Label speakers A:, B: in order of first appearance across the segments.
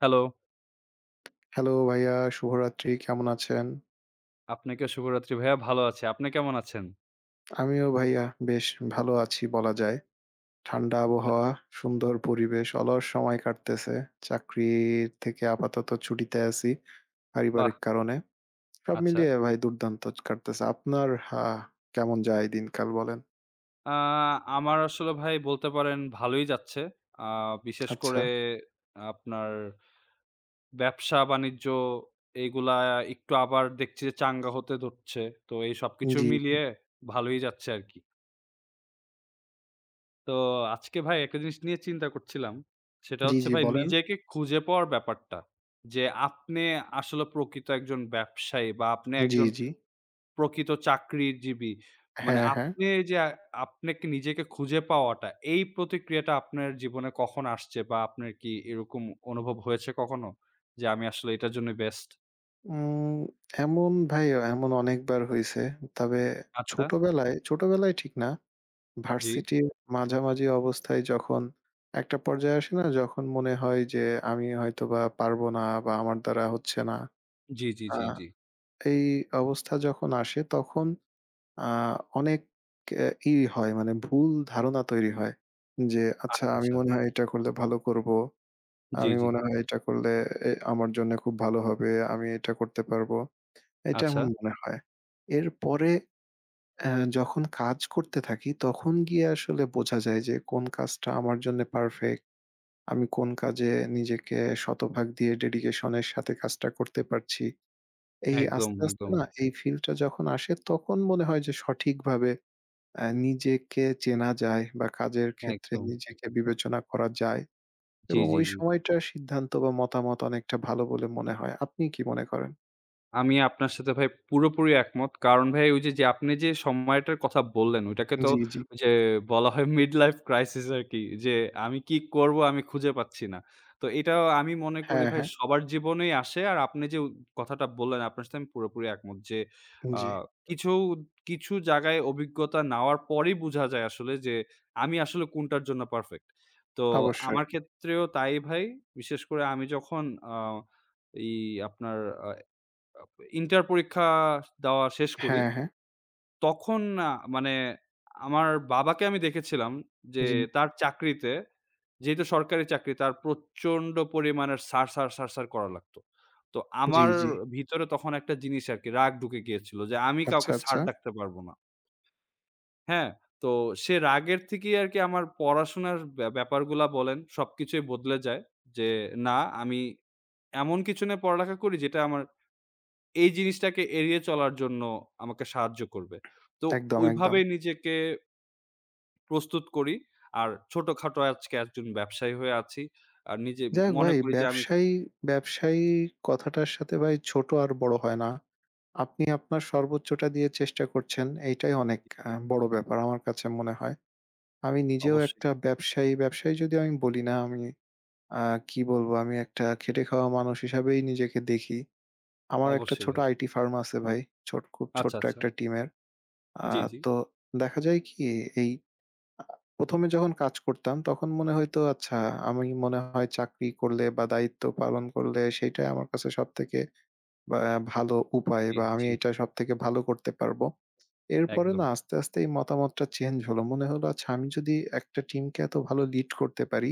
A: Hello,
B: hello ভাইয়া, শুভরাত্রি। কেমন আছেন?
A: আপনাকেও শুভরাত্রি ভাইয়া। ভালো আছি। আপনি কেমন আছেন?
B: আমিও ভাইয়া বেশ ভালো আছি বলা যায়। ঠান্ডা আবহাওয়া, সুন্দর পরিবেশ, অলস সময় কাটতেছে। চাকরি থেকে আপাতত ছুটিতে আছি
A: বাহ!
B: পারিবারিক কারণে। সব
A: আচ্ছা।
B: মিলিয়ে ভাই দুর্দান্ত কাটতেছে। আপনার কেমন যায় দিনকাল বলেন?
A: আ আমার আসলে ভাই বলতে পারেন ভালোই যাচ্ছে। আ বিশেষ
B: আচ্ছা।
A: করে আপনার ব্যবসা-বাণিজ্য এইগুলা একটু আবার দেখছি যে চাঙ্গা হতে ধরছে। তো এই সবকিছু
B: জি,
A: মিলিয়ে ভালোই যাচ্ছে আরকি। তো আজকে ভাই একটা জিনিস নিয়ে চিন্তা করছিলাম। সেটা
B: জি,
A: হচ্ছে
B: জি
A: ভাই
B: বলেন।
A: নিজেকে খুঁজে পাওয়ার ব্যাপারটা। যে আপনি আসলে প্রকৃত একজন ব্যবসায়ী বা আপনি
B: জি,
A: একজন
B: জি।
A: প্রকৃত চাকরিজীবী। মানে
B: হ্যাঁ, হ্যাঁ।
A: আপনি এই যে আপনাকে নিজেকে খুঁজে পাওয়াটা, এই প্রতিক্রিয়াটা আপনার জীবনে কখন আসছে? বা আপনার কি এরকম অনুভব হয়েছে কখনো? যে আমি আসলে এটার জন্যই বেস্ট?
B: উম এমন ভাই এমন অনেকবার হইছে। তবে
A: আচ্ছা,
B: ছোটবেলায়, ছোটবেলায় ঠিক না।
A: জি।
B: ভার্সিটির মাঝামাঝি অবস্থায় যখন একটা পর্যায়ে আসে না? যখন মনে হয় যে আমি হয়তোবা পারবো না বা আমার দ্বারা হচ্ছে না।
A: জি, জি,
B: আ
A: জি, জি।
B: এই অবস্থা যখন আসে তখন আ অনেক ই হয় মানে ভুল ধারণা তৈরি হয়। যে আচ্ছা
A: আচ্ছা,
B: আমি
A: আচ্ছা।
B: মনে হয় এটা করলে ভালো করবো।
A: জি,
B: আমি
A: জি।
B: মনে হয় এটা করলে এ আমার জন্য খুব ভালো হবে। আমি এটা করতে পারবো। এটা
A: আচ্ছা।
B: এমন মনে হয়। এরপরে যখন কাজ করতে থাকি তখন গিয়ে আসলে বোঝা যায় যে কোন কাজটা আমার জন্যে পারফেক্ট। আমি কোন কাজে নিজেকে শতভাগ দিয়ে ডেডিকেশন এর সাথে কাজটা করতে পারছি। এই
A: একদম,
B: আস্তে, আস্তে
A: একদম,
B: না এই ফিলটা যখন আসে তখন মনে হয় যে সঠিকভাবে নিজেকে চেনা যায় বা কাজের ক্ষেত্রে
A: একদম।
B: নিজেকে বিবেচনা করা যায়
A: জি,
B: এবং
A: জি,
B: ওই
A: জি।
B: সময়টার সিদ্ধান্ত বা মতামত অনেকটা ভালো বলে মনে হয়। আপনি কি মনে করেন?
A: আমি আপনার সাথে ভাই পুরোপুরি একমত। কারণ ভাই ওই যে আপনি যে সময়টার কথা বললেন, ওইটাকে তো
B: জি, জি।
A: ওই যে বলা হয় মিড লাইফ ক্রাইসিস আরকি। যে আমি কি করব আমি খুঁজে পাচ্ছি না। তো এটাও আমি মনে করি
B: হ্যাঁ,
A: ভাই
B: হ্যাঁ।
A: সবার জীবনেই আসে। আর আপনি যে কথাটা বললেন আপনার সাথে আমি পুরোপুরি একমত যে, আ
B: জি,
A: কিছু, কিছু জায়গায় অভিজ্ঞতা নেওয়ার পরেই বোঝা যায় আসলে যে আমি আসলে কোনটার জন্য পারফেক্ট। তো
B: অবশ্যই।
A: আমার ক্ষেত্রেও তাই ভাই। বিশেষ করে আমি যখন আ এই আপনার আ আপ ইন্টার পরীক্ষা দেওয়া শেষ করি।
B: হ্যাঁ, হ্যাঁ।
A: তখন আ মানে আমার বাবাকে আমি দেখেছিলাম যে
B: জি,
A: তার চাকরিতে, যেহেতু সরকারি চাকরি তার প্রচন্ড পরিমাণের "স্যার, স্যার, স্যার, স্যার" করা লাগতো। তো
B: জি,
A: আমার
B: জি।
A: ভিতরে তখন একটা জিনিস আরকি রাগ ঢুকে গিয়েছিল যে আমি
B: আচ্ছা,
A: কাউকে স্যার
B: আচ্ছা।
A: ডাকতে পারব না। হ্যাঁ? তো সে রাগের থেকেই আরকি আমার পড়াশোনার ব্যাপারগুলা বলেন সবকিছুই বদলে যায়। যে না আমি এমন কিছু নিয়ে পড়ালেখা করি যেটা আমার এই জিনিসটাকে এড়িয়ে চলার জন্য আমাকে সাহায্য করবে। তো
B: একদম, একদম।
A: ওইভাবেই নিজেকে প্রস্তুত করি। আর ছোটখাটো আজকে একজন ব্যবসায়ী হয়ে আছি। আর নিজে
B: যাই হোক
A: মনে
B: ভাই
A: করি যে আমি খুব
B: ব্যবসায়ী কথাটার সাথে ভাই ছোট আর বড় হয় না। আপনি আপনার সর্বোচ্চটা দিয়ে চেষ্টা করছেন এইটাই অনেক বড় ব্যাপার আমার কাছে মনে হয়। আমি নিজেও
A: অবশ্যই,
B: একটা ব্যবসায়ী যদি আমি বলি না আমি আ কি বলবো আমি একটা খেটে খাওয়া মানুষ হিসাবেই নিজেকে দেখি। আমার একটা
A: অবশ্যই
B: ছোট
A: ভাই।
B: আইটি ফার্ম আছে ভাই। ছোট খুব
A: আচ্ছা,
B: ছোট্ট
A: আচ্ছা।
B: একটা টিমের। আ
A: জি, জি,
B: তো দেখা যায় কি এই আ ১ম এ যখন কাজ করতাম তখন মনে হইতো আচ্ছা আমি মনে হয় চাকরি করলে বা দায়িত্ব পালন করলে সেইটাই আমার কাছে সবথেকে বা ভালো উপায়
A: জি,
B: বা আমি
A: জি,
B: এটা সবথেকে ভালো করতে পারবো। এরপরে
A: একদম।
B: না আস্তে, আস্তে এই মতামতটা চেঞ্জ হলো। মনে হলো আচ্ছা আমি যদি একটা টিমকে এত ভালো লিড করতে পারি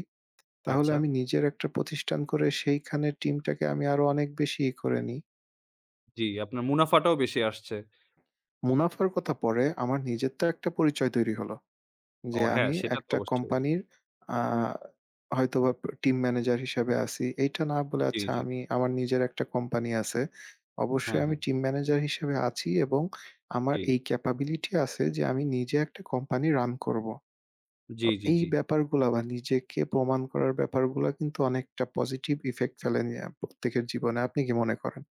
B: তাহলে
A: আচ্ছা।
B: আমি নিজের একটা প্রতিষ্ঠান করে সেইখানের টিমটাকে আমি আরো অনেক বেশি ই করে নিই।
A: জি, আপনার মুনাফাটাও বেশি আসছে।
B: মুনাফার কথা পরে আমার নিজের তো একটা পরিচয় তৈরি হলো।
A: ও
B: যে
A: হ্যাঁ,
B: আমি
A: সেটা তো
B: একটা
A: অবশ্যই।
B: কোম্পানির আ হয়তোবা টিম ম্যানেজার হিসেবে আছি। এইটা না বলে
A: জি,
B: আচ্ছা
A: জি।
B: আমি আমার নিজের একটা কোম্পানি আছে। অবশ্যই
A: হ্যাঁ,
B: আমি
A: হ্যাঁ।
B: টিম ম্যানেজার হিসেবে আছি এবং আমার
A: জি,
B: এই ক্যাপাবিলিটি আছে যে আমি নিজে একটা কোম্পানি রান করব।
A: জি,
B: তো
A: জি,
B: এই
A: জি।
B: ব্যাপারগুলা বা নিজেকে প্রমাণ করার ব্যাপারগুলা কিন্তু অনেকটা পজিটিভ ইফেক্ট ফেলে নিয়া প্রত্যেকের জীবনে। আপনি কি মনে করেন?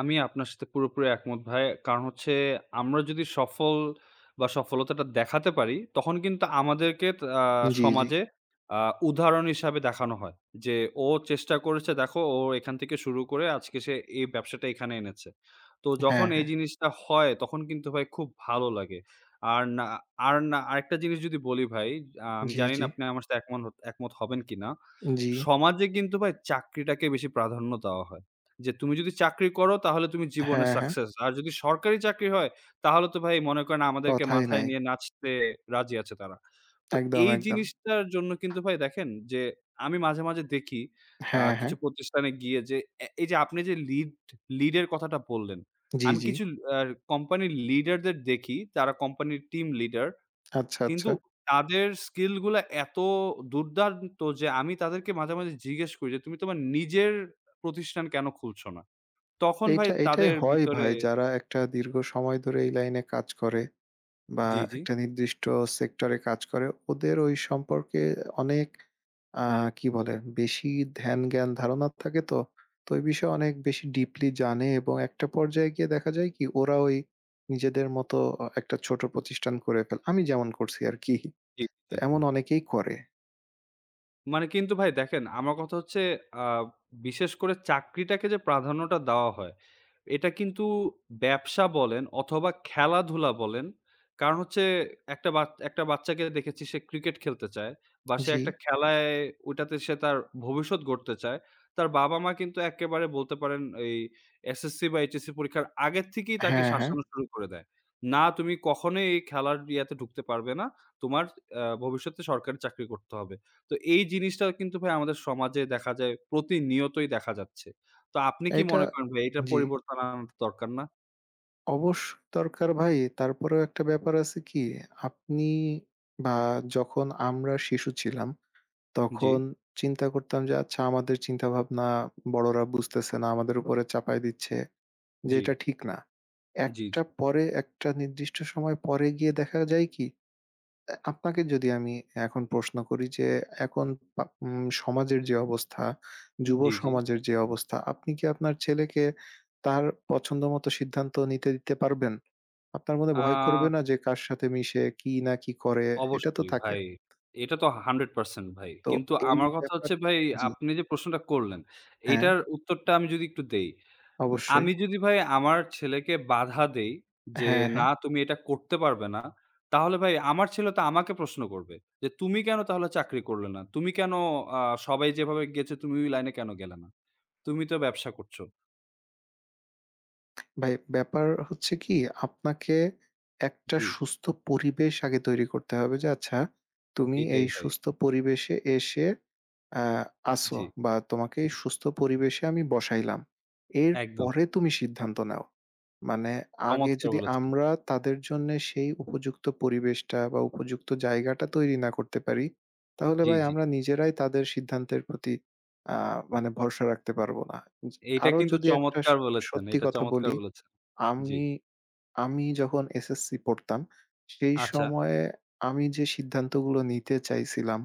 A: আমি আপনার সাথে পুরোপুরি একমত ভাই। কারণ হচ্ছে আমরা যদি সফল বা সফলতাটা দেখাতে পারি, তখন কিন্তু আমাদেরকে ত আ
B: জি, জি।
A: সমাজে আ উদাহরণ হিসাবে দেখানো হয়। যে ও চেষ্টা করেছে দেখো ও এখান থেকে শুরু করে আজকে সে এই ব্যবসাটা এখানে এনেছে। তো যখন
B: হ্যাঁ,
A: এই
B: হ্যাঁ।
A: জিনিসটা হয় তখন কিন্তু ভাই খুব ভালো লাগে। আর না আরেকটা জিনিস যদি বলি ভাই, আমি
B: জি,
A: জানি
B: জি।
A: না আপনি আমার সাথে একমত হবেন কিনা।
B: জি।
A: সমাজে কিন্তু ভাই চাকরিটাকে বেশি প্রাধান্য দেওয়া হয়। যে তুমি যদি চাকরি করো তাহলে তুমি জীবনে
B: হ্যাঁ, হ্যাঁ।
A: সাকসেস। আর যদি সরকারি চাকরি হয় তাহলে তো ভাই মনে করেন আমাদেরকে
B: কথাই
A: মাথায়
B: নাই।
A: নিয়ে নাচতে রাজি আছে তারা। তো
B: একদম,
A: এই
B: একদম।
A: জিনিসটার জন্য কিন্তু ভাই দেখেন যে আমি মাঝে, মাঝে দেখি
B: হ্যাঁ,
A: কিছু
B: হ্যাঁ।
A: প্রতিষ্ঠানে গিয়ে যে এই যে আপনি যে লিড লিড এর কথাটা বললেন।
B: জি,
A: আমি
B: জি।
A: কিছু আ কোম্পানির লিডারদের দেখি যারা কোম্পানির টিম লিডার
B: আচ্ছা,
A: কিন্তু
B: আচ্ছা।
A: তাদের স্কিল গুলা এত দুর্দান্ত যে আমি তাদেরকে মাঝে, মাঝে জিজ্ঞেস করি যে তুমি তোমার নিজের প্রতিষ্ঠান কেন খুলছো না? তখন ভাই
B: এইটাই
A: তাদের
B: হয়
A: ভিতরে
B: ভাই যারা একটা
A: জি,
B: দীর্ঘ সময় ধরে এই লাইনে কাজ করে বা
A: জি, জি,
B: একটা নির্দিষ্ট সেক্টরে কাজ করে ওদের ওই সম্পর্কে অনেক আ কি বলে বেশি ধ্যান-জ্ঞান ধারণা থাকে তো। তো ওই বিষয়ে অনেক বেশি ডিপলি জানে এবং একটা পর্যায়ে গিয়ে দেখা যায় কি ওরা ওই নিজেদের মতো একটা ছোট প্রতিষ্ঠান করে ফেলে। আমি যেমন করছি আরকি।
A: জি,
B: তো
A: জি, জি।
B: এমন অনেকেই করে।
A: মানে কিন্তু ভাই দেখেন, আমার কথা হচ্ছে আ বিশেষ করে চাকরিটাকে যে প্রাধান্যটা দেওয়া হয়, এটা কিন্তু ব্যবসা বলেন অথবা খেলাধুলা বলেন, কারণ হচ্ছে একটা বাচ্চাকে দেখেছি সে ক্রিকেট খেলতে চায় বা সে
B: জি।
A: একটা খেলায় ওটাতে সে তার ভবিষ্যৎ গড়তে চায়। তার বাবা-মা কিন্তু একেবারে বলতে পারেন এই এসএসসি বা এইচএসসি পরীক্ষার আগের থেকেই তাকে
B: হ্যাঁ, হ্যাঁ।
A: শাসানো শুরু করে দেয়। না তুমি কখনোই এই খেলার ইয়াতে ঢুকতে পারবে না। তোমার ভবিষ্যতে সরকারি চাকরি করতে হবে। তো এই জিনিসটা কিন্তু ভাই আমাদের সমাজে দেখা যায় প্রতিনিয়তই দেখা যাচ্ছে। তো আপনি কি
B: এইটা
A: মনে করেন ভাই এটার
B: জি।
A: পরিবর্তন আনার দরকার না?
B: অবশ্য দরকার ভাই। তারপরেও একটা ব্যাপার আছে কি, আপনি বা যখন আমরা শিশু ছিলাম,
A: জি,
B: তখন চিন্তা করতাম যে আচ্ছা আমাদের চিন্তাভাবনা বড়রা বুঝতেছে না, আমাদের উপরে চাপায় দিচ্ছে যে
A: জি,
B: এটা ঠিক না।
A: জি,
B: একটা পরে একটা নির্দিষ্ট সময় পরে গিয়ে দেখা যায় কি, আপনাকে যদি আমি এখন প্রশ্ন করি যে এখন পা উম সমাজের যে অবস্থা,
A: জি,
B: যুব
A: জি, জি।
B: সমাজের যে অবস্থা, আপনি কি আপনার ছেলেকে তার পছন্দমতো সিদ্ধান্ত নিতে দিতে পারবেন? আপনার মনে
A: আ
B: ভয় করবে না যে কার সাথে মিশে, কি না কি করে, এটা তো
A: অবশ্যই
B: থাকে।
A: ভাই। এটা তো 100% ভাই।
B: তো
A: কিন্তু
B: এই
A: আমার কথা
B: ব্যাপার
A: হচ্ছে ভাই
B: জি।
A: আপনি যে প্রশ্নটা করলেন,
B: হ্যাঁ,
A: এইটার উত্তরটা আমি যদি একটু দেই।
B: অবশ্যই।
A: আমি যদি ভাই আমার ছেলেকে বাধা দেই যে,
B: হ্যাঁ, হ্যাঁ।
A: "না তুমি এটা করতে পারবে না।" তাহলে ভাই আমার ছেলে তো আমাকে প্রশ্ন করবে যে, "তুমি কেন তাহলে চাকরি করলে না? তুমি কেন আ সবাই যেভাবে গেছে তুমি ওই লাইনে কেন গেলে না? তুমি তো ব্যবসা করছো।"
B: ভাই ব্যাপার হচ্ছে কি আপনাকে একটা
A: জি,
B: সুস্থ পরিবেশ আগে তৈরি করতে হবে যে আচ্ছা তুমি
A: এইটাই
B: এই
A: ভাই।
B: সুস্থ পরিবেশে এসে আ আছো
A: জি,
B: বা তোমাকে এই
A: জি,
B: সুস্থ পরিবেশে আমি বসাইলাম।
A: একদম।
B: এরপরে তুমি সিদ্ধান্ত নাও। মানে আগে
A: চমৎকার
B: যদি
A: বলেছেন।
B: আমরা তাদের জন্যে সেই উপযুক্ত পরিবেশটা বা উপযুক্ত জায়গাটা তৈরি না করতে পারি, তাহলে
A: জি,
B: ভাই
A: জি।
B: আমরা নিজেরাই তাদের সিদ্ধান্তের প্রতি আ মানে ভরসা রাখতে পারব না। য
A: এইটা
B: আরো
A: কিন্তু
B: যদি একটা
A: চমৎকার বলেছেন।
B: সত্যি
A: এটা
B: কথা
A: চমৎকার
B: বলি
A: বলেছেন। জি।
B: আমি আমি যখন এসএসসি পড়তাম, সেই
A: আচ্ছা।
B: সময়ে আমি যে সিদ্ধান্তগুলো নিতে চাইছিলাম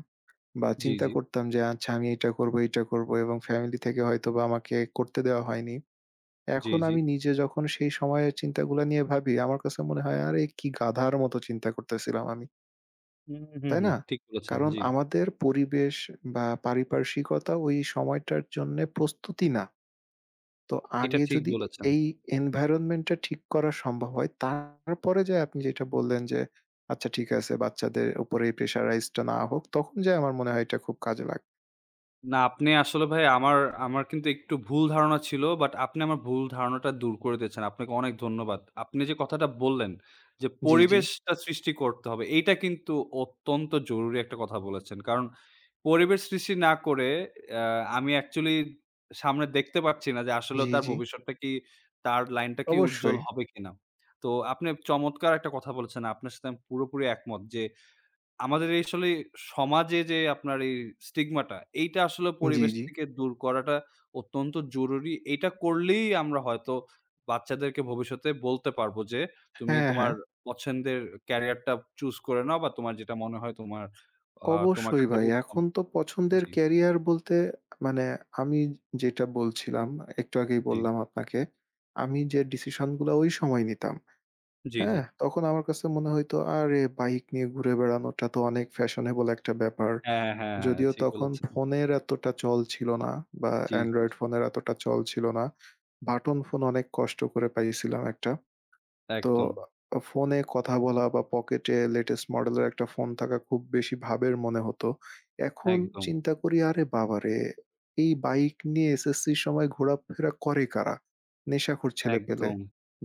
B: বা
A: জি,
B: চিন্তা
A: জি।
B: করতাম যে আচ্ছা আমি এটা করবো, এটা করবো এবং ফ্যামিলি থেকে হয়তোবা আমাকে করতে দেওয়া হয়নি।
A: জি,
B: এখন
A: জি।
B: আমি নিজে যখন সেই সময়ের চিন্তাগুলা নিয়ে ভাবি, আমার কাছে মনে হয় আরে কি গাধার মতো চিন্তা করতেছিলাম আমি।
A: হুম, হুম,
B: তাই
A: হুম।
B: না?
A: ঠিক বলেছেন।
B: কারণ
A: জি।
B: আমাদের পরিবেশ বা পারিপার্শ্বিকতা ওই সময়টার জন্যে প্রস্তুতি না। তো
A: এটা
B: আগে
A: ঠিক
B: যদি
A: বলেছেন।
B: এই environment টা ঠিক করা সম্ভব হয়, তারপরে যেয়ে আপনি যেটা বললেন যে, আচ্ছা ঠিক আছে বাচ্চাদের উপরে এই pressurized টা না হোক, তখন যেয়ে আমার মনে হয় এটা খুব কাজে লাগবে।
A: না, আপনি আসলে ভাই আমার, আমার কিন্তু একটু ভুল ধারণা ছিল। বাট আপনি আমার ভুল ধারণাটা দূর করে দিয়েছেন। আপনাকে অনেক ধন্যবাদ। আপনি যে কথাটা বললেন যে
B: জি, জি,
A: পরিবেশটা সৃষ্টি করতে হবে, এইটা কিন্তু অত্যন্ত জরুরি একটা কথা বলেছেন। কারণ পরিবেশ সৃষ্টি না করে অ্যা আমি অ্যাকচুয়ালি সামনে দেখতে পাচ্ছি না যে আসলেও
B: জি,
A: তার
B: জি।
A: ভবিষ্যৎটা কি, তার লাইনটা কি উজ্জ্বল
B: অবশ্যই।
A: হবে কিনা। তো আপনি চমৎকার একটা কথা বলেছেন। আপনার সাথে আমি পুরোপুরি একমত যে আমাদের এই আসলে সমাজে যে আপনার এই স্টিগমাটা, এইটা আসলে
B: জি,
A: পরিবেশ
B: জি।
A: থেকে দূর করাটা অত্যন্ত জরুরি। এইটা করলেই আমরা হয়তো বাচ্চাদেরকে ভবিষ্যতে বলতে পারবো যে, "তুমি
B: হ্যাঁ,
A: তোমার
B: হ্যাঁ।
A: পছন্দের ক্যারিয়ারটা চুজ করে নাও বা তোমার যেটা মনে হয় আ তোমার
B: অবশ্যই
A: কাছে
B: ভাই।
A: উত্তম"
B: এখন তো পছন্দের
A: জি,
B: ক্যারিয়ার বলতে মানে আমি যেটা বলছিলাম, একটু আগেই
A: জি,
B: বললাম আপনাকে, আমি যে ডিসিশন গুলা ওই সময় নিতাম
A: জি, জি।
B: হ্যাঁ, তখন আমার কাছে মনে হইতো, আরে বাইক নিয়ে ঘুরে বেড়ানোটা তো অনেক ফ্যাশনেবল একটা ব্যাপার।
A: হ্যাঁ, হ্যাঁ, হ্যাঁ, হ্যাঁ,
B: যদিও
A: ঠিক
B: তখন
A: বলেছেন।
B: ফোনের এতটা চল ছিল না বা
A: জি, জি,
B: Android
A: জি।
B: ফোনের এতটা চল ছিল না। বাটন ফোন অনেক কষ্ট করে পাইছিলাম একটা। তো
A: একদম,
B: ফোনে কথা বলা বা পকেটে লেটেস্ট মডেলের একটা ফোন থাকা খুব বেশি ভাবের মনে হতো। এখন
A: একদম,
B: চিন্তা করি আরে বাবারে! এই বাইক নিয়ে এসএসসির সময় ঘোরাফেরা করে কারা? নেশাখোর ছেলেপেলে।
A: একদম।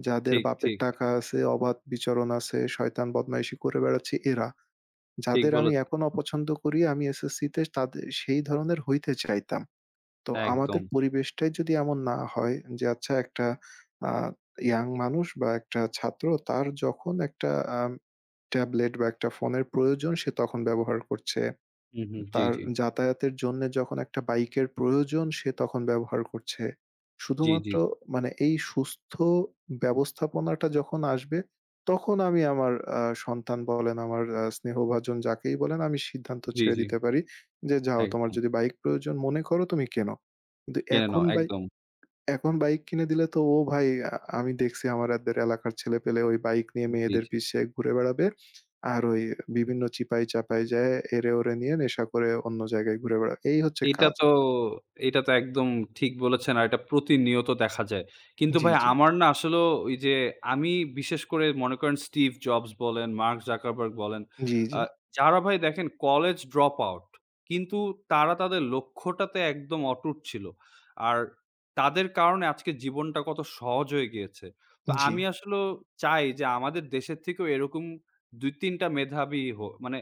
B: যাদের
A: ঠিক,
B: বাপের
A: ঠিক,
B: টাকা আছে, অবাধ বিচরণ আছে, শয়তান বদমাইশি করে বেড়াচ্ছে এরা।
A: ঠিক
B: যাদের আমি
A: বলেছেন।
B: এখন অপছন্দ করি আমি এসএসসিতে সেই ধরনের হইতে চাইতাম। তো আমাদের
A: একদম।
B: পরিবেশটাই যদি এমন না হয় যে আচ্ছা একটা আ ইয়াং মানুষ বা একটা ছাত্র তার যখন একটা আম ট্যাবলেট বা একটা ফোনের প্রয়োজন সে তখন ব্যবহার করছে।
A: হু, হু। জি,
B: তার
A: জি।
B: যাতায়াতের জন্যে যখন একটা বাইকের প্রয়োজন সে তখন ব্যবহার করছে।
A: জি, জি,
B: শুধুমাত্র মানে এই সুস্থ ব্যবস্থাপনাটা যখন আসবে তখন আমি আমার সন্তান বলেন, আমার স্নেহভাজন যাকেই বলেন আমি সিদ্ধান্ত
A: জি,
B: ছেড়ে
A: জি।
B: দিতে পারি যে, "যাও তোমার
A: একদম।
B: যদি বাইক প্রয়োজন মনে করো তুমি কেনো।" কিন্তু
A: কিনে নাও একদম।
B: এখন বাইক কিনে দিলে তো ও ভাই আমি দেখছি আমাদের এলাকার ছেলেপেলে ওই বাইক নিয়ে
A: জি,
B: মেয়েদের
A: জি।
B: পিছে ঘুরে বেড়াবে। আর ওই বিভিন্ন চিপায় চাপায় যেয়ে এরে ওরে নিয়ে নেশা করে অন্য জায়গায় ঘুরে বেড়াবে। এই হচ্ছে
A: এটা
B: কাজ।
A: তো এটা তো একদম ঠিক বলেছেন। আর এটা প্রতিনিয়ত দেখা যায়। কিন্তু
B: জি,
A: ভাই
B: জি,
A: আমার না আসলেও ওই যে আমি বিশেষ করে মনে করেন Steve Jobs বলেন, Mark Zuckerberg বলেন,
B: জি, জি,
A: আ যারা ভাই দেখেন কলেজ ড্রপ আউট কিন্তু তারা তাদের লক্ষ্যটাতে একদম অটুট ছিল। আর তাদের কারণে আজকে জীবনটা কত সহজ হয়ে গিয়েছে। তো
B: জি,
A: আমি আসলেও চাই যে আমাদের দেশের থেকেও এরকম ২-৩ টা মেধাবী মানে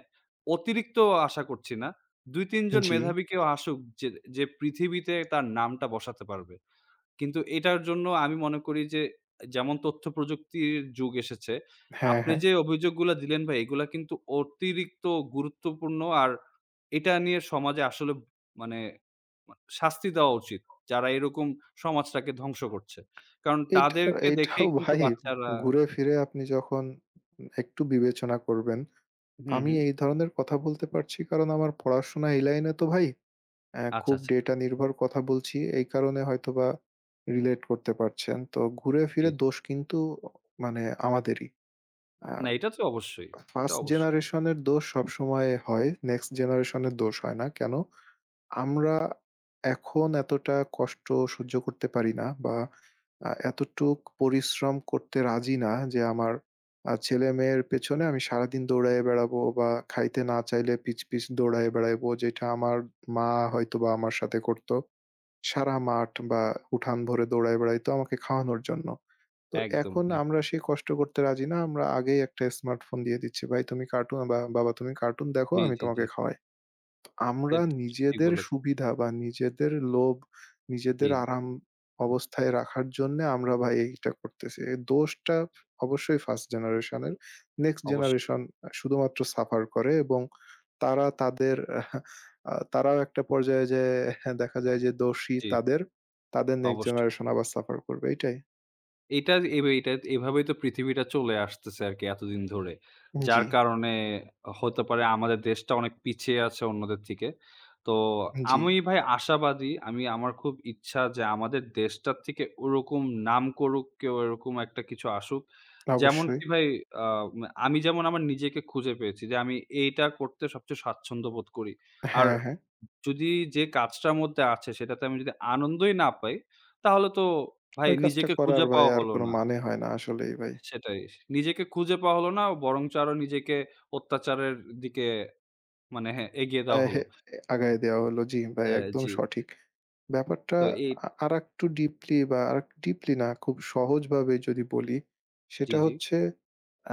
A: অতিরিক্ত আশা করছি না। ২-৩ জন
B: জি,
A: মেধাবী কেউ আসুক যে, যে পৃথিবীতে তার নামটা বসাতে পারবে। কিন্তু এটার জন্য আমি মনে করি যে যেমন তথ্য প্রযুক্তির যুগ এসেছে,
B: হ্যাঁ,
A: আপনি
B: হ্যাঁ।
A: যে অভিযোগগুলা দিলেন ভাই এগুলা কিন্তু অতিরিক্ত গুরুত্বপূর্ণ। আর এটা নিয়ে সমাজে আসলে মানে মা শাস্তি দেওয়া উচিত। যারা এরকম সমাজটাকে ধ্বংস করছে। কারণ
B: এটা
A: তাদেরকে
B: এটাও
A: দেখেই কিন্তু
B: ভাই
A: বাচ্চারা
B: ঘুরে ফিরে আপনি যখন একটু বিবেচনা করবেন।
A: হুম,
B: আমি
A: হুম।
B: এই ধরনের কথা বলতে পারছি কারণ আমার পড়াশোনা এই লাইনে তো ভাই
A: আচ্ছা,
B: খুব
A: আচ্ছা।
B: ডেটা নির্ভর কথা বলছি, এই কারণে হয়তোবা রিলেট করতে পারছেন। তো ঘুরে
A: জি,
B: ফিরে
A: জি।
B: দোষ কিন্তু মানে আমাদেরই। আ
A: না এটা তো অবশ্যই। এটা
B: ফার্স্ট
A: অবশ্যই।
B: জেনারেশন এর দোষ সবসময় হয়। নেক্সট জেনারেশন এর দোষ হয় না। কেন? আমরা এখন এতটা কষ্ট সহ্য করতে পারি না বা এতটুক পরিশ্রম করতে রাজি না যে আমার ছেলেমেয়ের পেছনে আমি সারাদিন দৌড়ায়ে বেড়াবো বা খাইতে না চাইলে পিছ, পিছ দৌড়ায়ে বেড়াইবো যেটা আমার মা হয়তোবা আমার সাথে করত। সারা মাঠ বা উঠান ভরে দৌড়ায় বেড়াইতো আমাকে খাওয়ানোর জন্য। তো
A: একদম,
B: এখন আমরা
A: একদম।
B: সেই কষ্ট করতে রাজি না। আমরা আগেই একটা স্মার্টফোন দিয়ে দিচ্ছি। "ভাই তুমি কার্টুন বা বাবা তুমি কার্টুন দেখো,
A: জি,
B: আমি
A: জি, জি।
B: তোমাকে খাওয়াই।"
A: এটা
B: আমরা
A: ঠিক
B: নিজেদের
A: বলেছেন।
B: সুবিধা বা নিজেদের লোভ,
A: জি,
B: নিজেদের আরাম অবস্থায় রাখার জন্যে আমরা ভাই এইটা করতেছি। এর দোষটা অবশ্যই ফার্স্ট জেনারেশন এর। নেক্সট
A: অবশ্যই।
B: জেনারেশন শুধুমাত্র সাফার করে এবং তারা তাদের আ তারাও একটা পর্যায়ে যেয়ে দেখা যায় যে দোষী
A: জি,
B: তাদের, তাদের নেক্সট
A: অবশ্যই।
B: জেনারেশন আবার সাফার করবে এটাই।
A: এটা এভাবেই তো পৃথিবীটা চলে আসতেছে আরকি এতদিন ধরে। যার
B: জি,
A: কারণে হতে পারে আমাদের দেশটা অনেক পিছিয়ে আছে অন্যদের থেকে। তো
B: জি,
A: আমি ভাই আশাবাদী। আমি আমার খুব ইচ্ছা যে আমাদের দেশটার থেকে ওরকম নাম করুক কেউ এরকম একটা কিছু আসুক।
B: অবশ্যই।
A: যেমনটি ভাই আ আমি যেমন আমার নিজেকে খুঁজে পেয়েছি যে আমি এইটা করতে সবচেয়ে স্বাচ্ছন্দ্য বোধ করি। আর
B: হ্যাঁ, হ্যাঁ।
A: যদি যে কাজটার মধ্যে আছে সেটাতে আমি যদি আনন্দই না পাই, তাহলে তো ভাই
B: ওই কাজটা
A: নিজেকে খুঁজে
B: করার ভাই
A: পাওয়া
B: আর
A: হলো
B: কোনো
A: না।
B: মানে হয় না আসলেই ভাই।
A: সেটাই। নিজেকে খুঁজে পাওয়া হলো না বরঞ্চ আরো নিজেকে অত্যাচারের দিকে মানে হ্যাঁ, এগিয়ে
B: আ
A: দেওয়া
B: হে
A: হলো।
B: আগায় দেওয়া হলো। জি, ভাই
A: অ্যা
B: একদম
A: জি।
B: সঠিক। ব্যাপারটা
A: তো
B: আরেকটু ডিপলি বা আরেকটু ডিপলি না, খুব সহজভাবে যদি বলি,
A: জি,
B: সেটা
A: জি।
B: হচ্ছে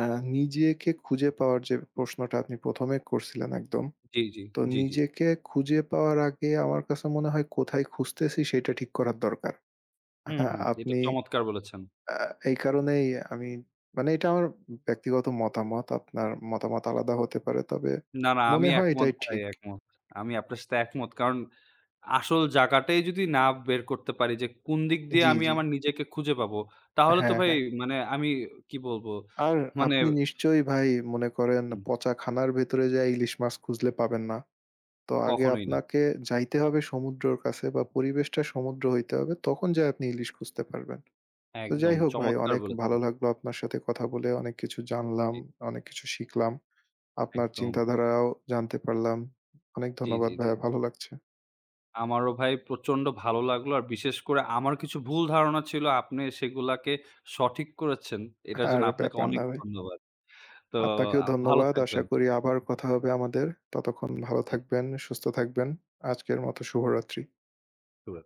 B: আ নিজেকে খুঁজে পাওয়ার যে প্রশ্নটা আপনি ১ম এ করছিলেন একদম।
A: জি, জি।
B: তো
A: জি, জি।
B: নিজেকে খুঁজে পাওয়ার আগে আমার কাছে মনে হয় কোথায় খুঁজতেছি সেটা ঠিক করার দরকার।
A: হুম,
B: হ্যাঁ,
A: হুম। এটা
B: আপনি
A: চমৎকার বলেছেন।
B: আ এই কারণেই আমি মানে এটা আমার ব্যক্তিগত মতামত। আপনার মতামত আলাদা হতে পারে। তবে
A: না, না আমি
B: মনে হয়
A: একমত
B: এটাই
A: ভাই,
B: ঠিক।
A: একমত। আমি আপনার সাথে একমত। কারণ আসল জায়গাটাই যদি না বের করতে পারি যে কোন দিক দিয়ে
B: জি,
A: আমি
B: জি।
A: আমার নিজেকে খুঁজে পাবো, তাহলে তো
B: হ্যাঁ,
A: ভাই
B: হ্যাঁ।
A: মানে আমি কি বলবো?
B: আর
A: মানে
B: আপনি নিশ্চয়ই ভাই মনে করেন
A: উম
B: পচা খানার ভেতরে যেয়ে ইলিশ মাছ খুঁজলে পাবেন না। তো আগে
A: কখনোই না।
B: আপনাকে যাইতে হবে সমুদ্রর কাছে বা পরিবেশটা সমুদ্র হইতে হবে। তখন যেয়ে আপনি ইলিশ খুঁজতে পারবেন। তো
A: একদম
B: যাই হোক ভাই
A: চমৎকার
B: অনেক
A: বলেছেন।
B: ভালো লাগলো আপনার সাথে কথা বলে। অনেক কিছু জানলাম,
A: জি,
B: অনেক কিছু শিখলাম। আপনার
A: একদম।
B: চিন্তাধারাও জানতে পারলাম। অনেক
A: জি,
B: ধন্যবাদ
A: জি, জি।
B: ভাইয়া ভালো লাগছে।
A: আমারও ভাই প্রচন্ড ভালো লাগলো। আর বিশেষ করে আমার কিছু ভুল ধারণা ছিল, আপনি সেগুলাকে সঠিক করেছেন। এটার
B: আর
A: জন্য আপনাকে
B: ব্যাপার
A: অনেক
B: না ভাই।
A: ধন্যবাদ। তো
B: আপনাকেও
A: ভালো
B: ধন্যবাদ। আশা
A: থাকবেন।
B: করি আবার কথা হবে আমাদের। ততক্ষণ ভালো
A: জি,
B: থাকবেন, সুস্থ থাকবেন। আজকের মতো শুভরাত্রি।
A: শুভরা